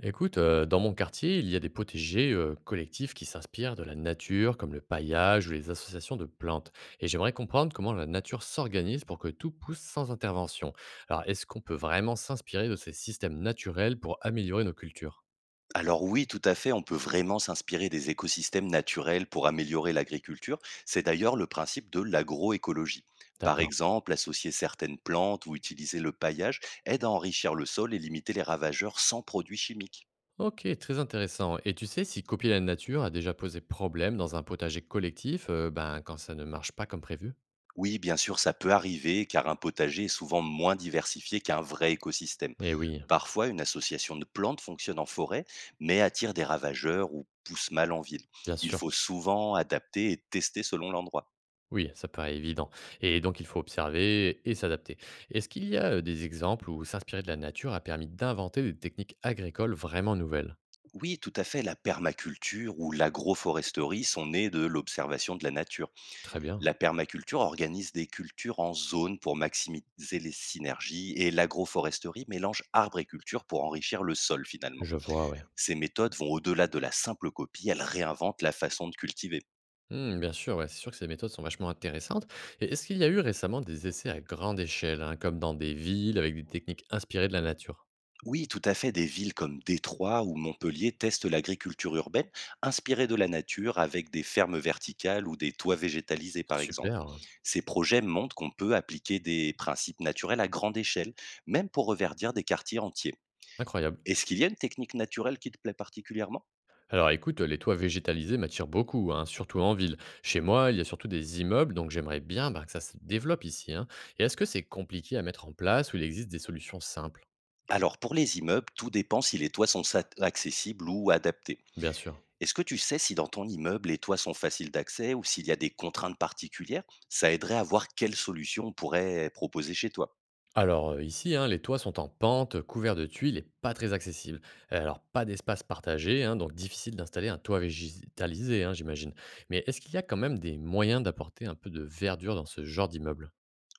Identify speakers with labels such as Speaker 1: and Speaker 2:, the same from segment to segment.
Speaker 1: Écoute, dans mon quartier, il y a des potagers, collectifs qui s'inspirent de la nature, comme le paillage ou les associations de plantes. Et j'aimerais comprendre comment la nature s'organise pour que tout pousse sans intervention. Alors, est-ce qu'on peut vraiment s'inspirer de ces systèmes naturels pour améliorer nos cultures?
Speaker 2: Alors oui, tout à fait, on peut vraiment s'inspirer des écosystèmes naturels pour améliorer l'agriculture. C'est d'ailleurs le principe de l'agroécologie. Par
Speaker 1: D'accord.
Speaker 2: exemple, associer certaines plantes ou utiliser le paillage aide à enrichir le sol et limiter les ravageurs sans produits chimiques.
Speaker 1: Ok, très intéressant. Et tu sais si copier la nature a déjà posé problème dans un potager collectif, ben, quand ça ne marche pas comme prévu?
Speaker 2: Oui, bien sûr, ça peut arriver car un potager est souvent moins diversifié qu'un vrai écosystème.
Speaker 1: Eh oui,
Speaker 2: Parfois, une association de plantes fonctionne en forêt, mais attire des ravageurs ou pousse mal en ville.
Speaker 1: bien
Speaker 2: Il
Speaker 1: sûr.
Speaker 2: faut souvent adapter et tester selon l'endroit.
Speaker 1: Oui, ça paraît évident. Et donc, il faut observer et s'adapter. Est-ce qu'il y a des exemples où s'inspirer de la nature a permis d'inventer des techniques agricoles vraiment nouvelles?
Speaker 2: Oui, tout à fait. La permaculture ou l'agroforesterie sont nés de l'observation de la nature.
Speaker 1: Très bien,
Speaker 2: La permaculture organise des cultures en zone pour maximiser les synergies et l'agroforesterie mélange arbres et cultures pour enrichir le sol finalement.
Speaker 1: je vois, ouais.
Speaker 2: Ces méthodes vont au-delà de la simple copie, elles réinventent la façon de cultiver.
Speaker 1: Hmm, bien sûr, ouais, c'est sûr que ces méthodes sont vachement intéressantes. Et est-ce qu'il y a eu récemment des essais à grande échelle, hein, comme dans des villes avec des techniques inspirées de la nature?
Speaker 2: Oui, tout à fait, des villes comme Détroit ou Montpellier testent l'agriculture urbaine, inspirée de la nature avec des fermes verticales ou des toits végétalisés par exemple.
Speaker 1: Super, hein,
Speaker 2: Ces projets montrent qu'on peut appliquer des principes naturels à grande échelle, même pour reverdir des quartiers entiers.
Speaker 1: incroyable.
Speaker 2: Est-ce qu'il y a une technique naturelle qui te plaît particulièrement?
Speaker 1: Alors écoute, les toits végétalisés m'attirent beaucoup, hein, surtout en ville. Chez moi, il y a surtout des immeubles, donc j'aimerais bien bah, que ça se développe ici, hein. Et est-ce que c'est compliqué à mettre en place ou il existe des solutions simples?
Speaker 2: Alors pour les immeubles, tout dépend si les toits sont accessibles ou adaptés.
Speaker 1: Bien sûr.
Speaker 2: Est-ce que tu sais si dans ton immeuble les toits sont faciles d'accès ou s'il y a des contraintes particulières? Ça aiderait à voir quelles solutions on pourrait proposer chez toi.
Speaker 1: Alors ici, hein, les toits sont en pente, couverts de tuiles et pas très accessibles. Alors pas d'espace partagé, hein, donc difficile d'installer un toit végétalisé, hein, j'imagine. Mais est-ce qu'il y a quand même des moyens d'apporter un peu de verdure dans ce genre d'immeuble?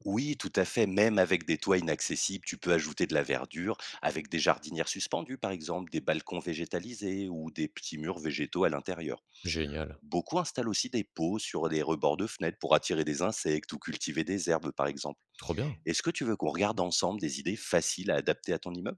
Speaker 2: Oui, tout à fait, même avec des toits inaccessibles, tu peux ajouter de la verdure avec des jardinières suspendues par exemple, des balcons végétalisés ou des petits murs végétaux à l'intérieur.
Speaker 1: Génial.
Speaker 2: Beaucoup installent aussi des pots sur des rebords de fenêtres pour attirer des insectes ou cultiver des herbes, par exemple.
Speaker 1: Trop bien.
Speaker 2: Est-ce que tu veux qu'on regarde ensemble des idées faciles à adapter à ton immeuble?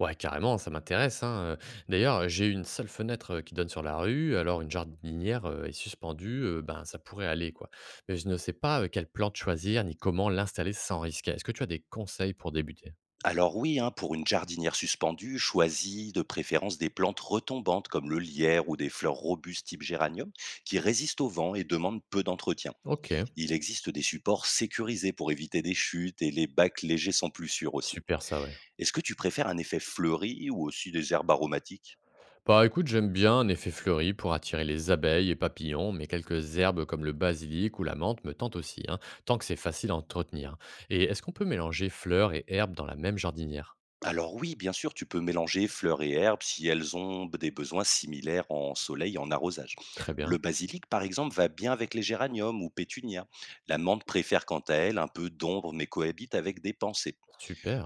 Speaker 1: Ouais, carrément, ça m'intéresse, hein. D'ailleurs, j'ai une seule fenêtre, qui donne sur la rue, alors une jardinière, est suspendue, ben, ça pourrait aller, quoi. Mais je ne sais pas, quelle plante choisir ni comment l'installer sans risquer. Est-ce que tu as des conseils pour débuter?
Speaker 2: Alors oui, hein, pour une jardinière suspendue, choisis de préférence des plantes retombantes comme le lierre ou des fleurs robustes type géranium qui résistent au vent et demandent peu d'entretien.
Speaker 1: OK,
Speaker 2: Il existe des supports sécurisés pour éviter des chutes et les bacs légers sont plus sûrs aussi.
Speaker 1: super ça, ouais.
Speaker 2: Est-ce que tu préfères un effet fleuri ou aussi des herbes aromatiques?
Speaker 1: Bah, écoute, j'aime bien un effet fleuri pour attirer les abeilles et papillons, mais quelques herbes comme le basilic ou la menthe me tentent aussi, hein, tant que c'est facile à entretenir. Et est-ce qu'on peut mélanger fleurs et herbes dans la même jardinière?
Speaker 2: Alors oui, bien sûr, tu peux mélanger fleurs et herbes si elles ont des besoins similaires en soleil et en arrosage.
Speaker 1: Très
Speaker 2: Le
Speaker 1: bien,
Speaker 2: basilic, par exemple, va bien avec les géraniums ou pétunias. La menthe préfère quant à elle un peu d'ombre mais cohabite avec des pensées.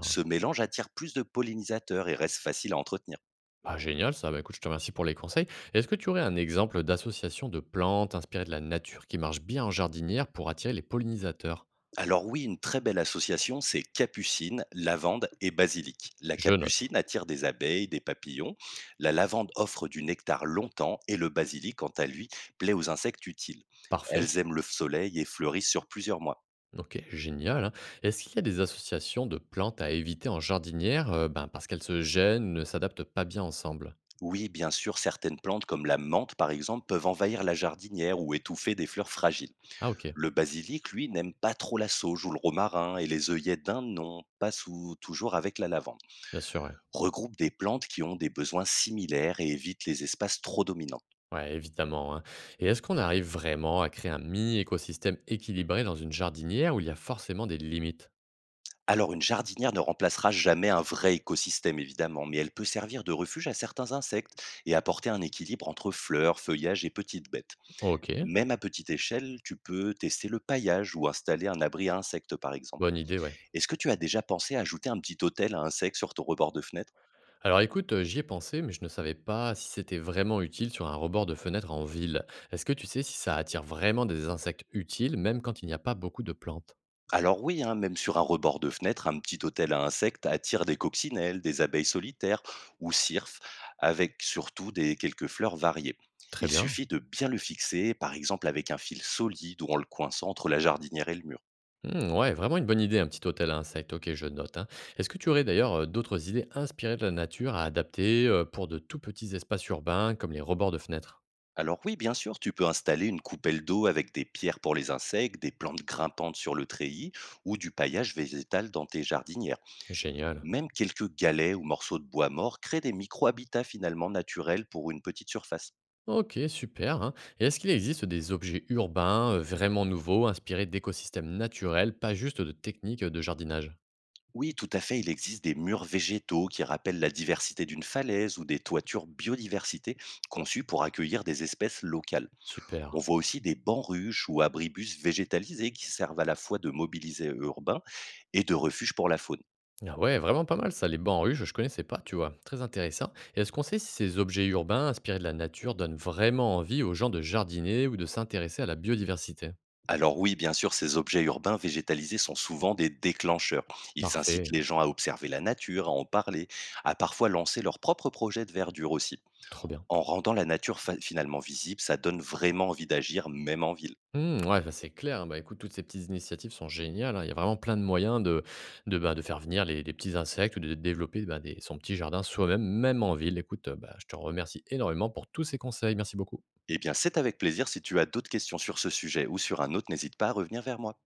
Speaker 2: Ce mélange attire plus de pollinisateurs et reste facile à entretenir.
Speaker 1: Ah, génial ça, bah, écoute, je te remercie pour les conseils. Est-ce que tu aurais un exemple d'association de plantes inspirées de la nature qui marche bien en jardinière pour attirer les pollinisateurs?
Speaker 2: Alors oui, une très belle association, c'est capucine, lavande et basilic. La
Speaker 1: Je note.
Speaker 2: capucine attire des abeilles, des papillons. La lavande offre du nectar longtemps et le basilic, quant à lui, plaît aux insectes utiles.
Speaker 1: Parfait.
Speaker 2: Elles aiment le soleil et fleurissent sur plusieurs mois.
Speaker 1: Ok, génial, hein. Est-ce qu'il y a des associations de plantes à éviter en jardinière ben, parce qu'elles se gênent, ne s'adaptent pas bien ensemble?
Speaker 2: Oui, bien sûr, certaines plantes comme la menthe, par exemple, peuvent envahir la jardinière ou étouffer des fleurs fragiles.
Speaker 1: Ah ok,
Speaker 2: Le basilic, lui, n'aime pas trop la sauge ou le romarin et les œillets d'Inde n'ont pas toujours avec la lavande.
Speaker 1: bien sûr, ouais.
Speaker 2: Regroupe des plantes qui ont des besoins similaires et évite les espaces trop dominants.
Speaker 1: Ouais, évidemment, hein. Et est-ce qu'on arrive vraiment à créer un mini-écosystème équilibré dans une jardinière où il y a forcément des limites?
Speaker 2: Alors une jardinière ne remplacera jamais un vrai écosystème évidemment, mais elle peut servir de refuge à certains insectes et apporter un équilibre entre fleurs, feuillages et petites bêtes.
Speaker 1: Ok,
Speaker 2: Même à petite échelle, tu peux tester le paillage ou installer un abri à insectes par exemple.
Speaker 1: bonne idée, ouais.
Speaker 2: Est-ce que tu as déjà pensé à ajouter un petit hôtel à insectes sur ton rebord de fenêtre?
Speaker 1: Alors écoute, j'y ai pensé, mais je ne savais pas si c'était vraiment utile sur un rebord de fenêtre en ville. Est-ce que tu sais si ça attire vraiment des insectes utiles, même quand il n'y a pas beaucoup de plantes?
Speaker 2: Alors oui, hein, même sur un rebord de fenêtre, un petit hôtel à insectes attire des coccinelles, des abeilles solitaires ou cirfes, avec surtout des quelques fleurs variées.
Speaker 1: Très
Speaker 2: Il
Speaker 1: bien.
Speaker 2: suffit de bien le fixer, par exemple avec un fil solide ou en le coinçant entre la jardinière et le mur.
Speaker 1: Mmh, ouais, vraiment une bonne idée, un petit hôtel à insectes. OK, je note, hein. Est-ce que tu aurais d'ailleurs, d'autres idées inspirées de la nature à adapter, pour de tout petits espaces urbains comme les rebords de fenêtres?
Speaker 2: Alors oui, bien sûr, tu peux installer une coupelle d'eau avec des pierres pour les insectes, des plantes grimpantes sur le treillis ou du paillage végétal dans tes jardinières.
Speaker 1: Génial.
Speaker 2: Même quelques galets ou morceaux de bois mort créent des micro-habitats finalement naturels pour une petite surface.
Speaker 1: OK, super, hein, et est-ce qu'il existe des objets urbains, vraiment nouveaux, inspirés d'écosystèmes naturels, pas juste de techniques, de jardinage?
Speaker 2: Oui, tout à fait, il existe des murs végétaux qui rappellent la diversité d'une falaise ou des toitures biodiversité conçues pour accueillir des espèces locales. On
Speaker 1: Super.
Speaker 2: voit aussi des bancs ruches ou abribus végétalisés qui servent à la fois de mobilisés urbains et de refuge pour la faune.
Speaker 1: Ah ouais, vraiment pas mal ça, les bancs en ruche, je connaissais pas, tu vois. Très intéressant. Et est-ce qu'on sait si ces objets urbains inspirés de la nature donnent vraiment envie aux gens de jardiner ou de s'intéresser à la biodiversité?
Speaker 2: Alors oui, bien sûr, ces objets urbains végétalisés sont souvent des déclencheurs. Ils incitent
Speaker 1: Parfait,
Speaker 2: les gens à observer la nature, à en parler, à parfois lancer leurs propres projets de verdure aussi.
Speaker 1: trop bien.
Speaker 2: En rendant la nature finalement visible, ça donne vraiment envie d'agir, même en ville.
Speaker 1: Hmm, ouais, bah c'est clair, hein. Bah, écoute, toutes ces petites initiatives sont géniales, hein. Il y a vraiment plein de moyens de, bah, de faire venir les petits insectes ou de développer bah, des- son petit jardin soi-même, même en ville. Écoute, bah, je te remercie énormément pour tous ces conseils. Merci beaucoup.
Speaker 2: Eh bien, c'est avec plaisir. Si tu as d'autres questions sur ce sujet ou sur un autre, n'hésite pas à revenir vers moi.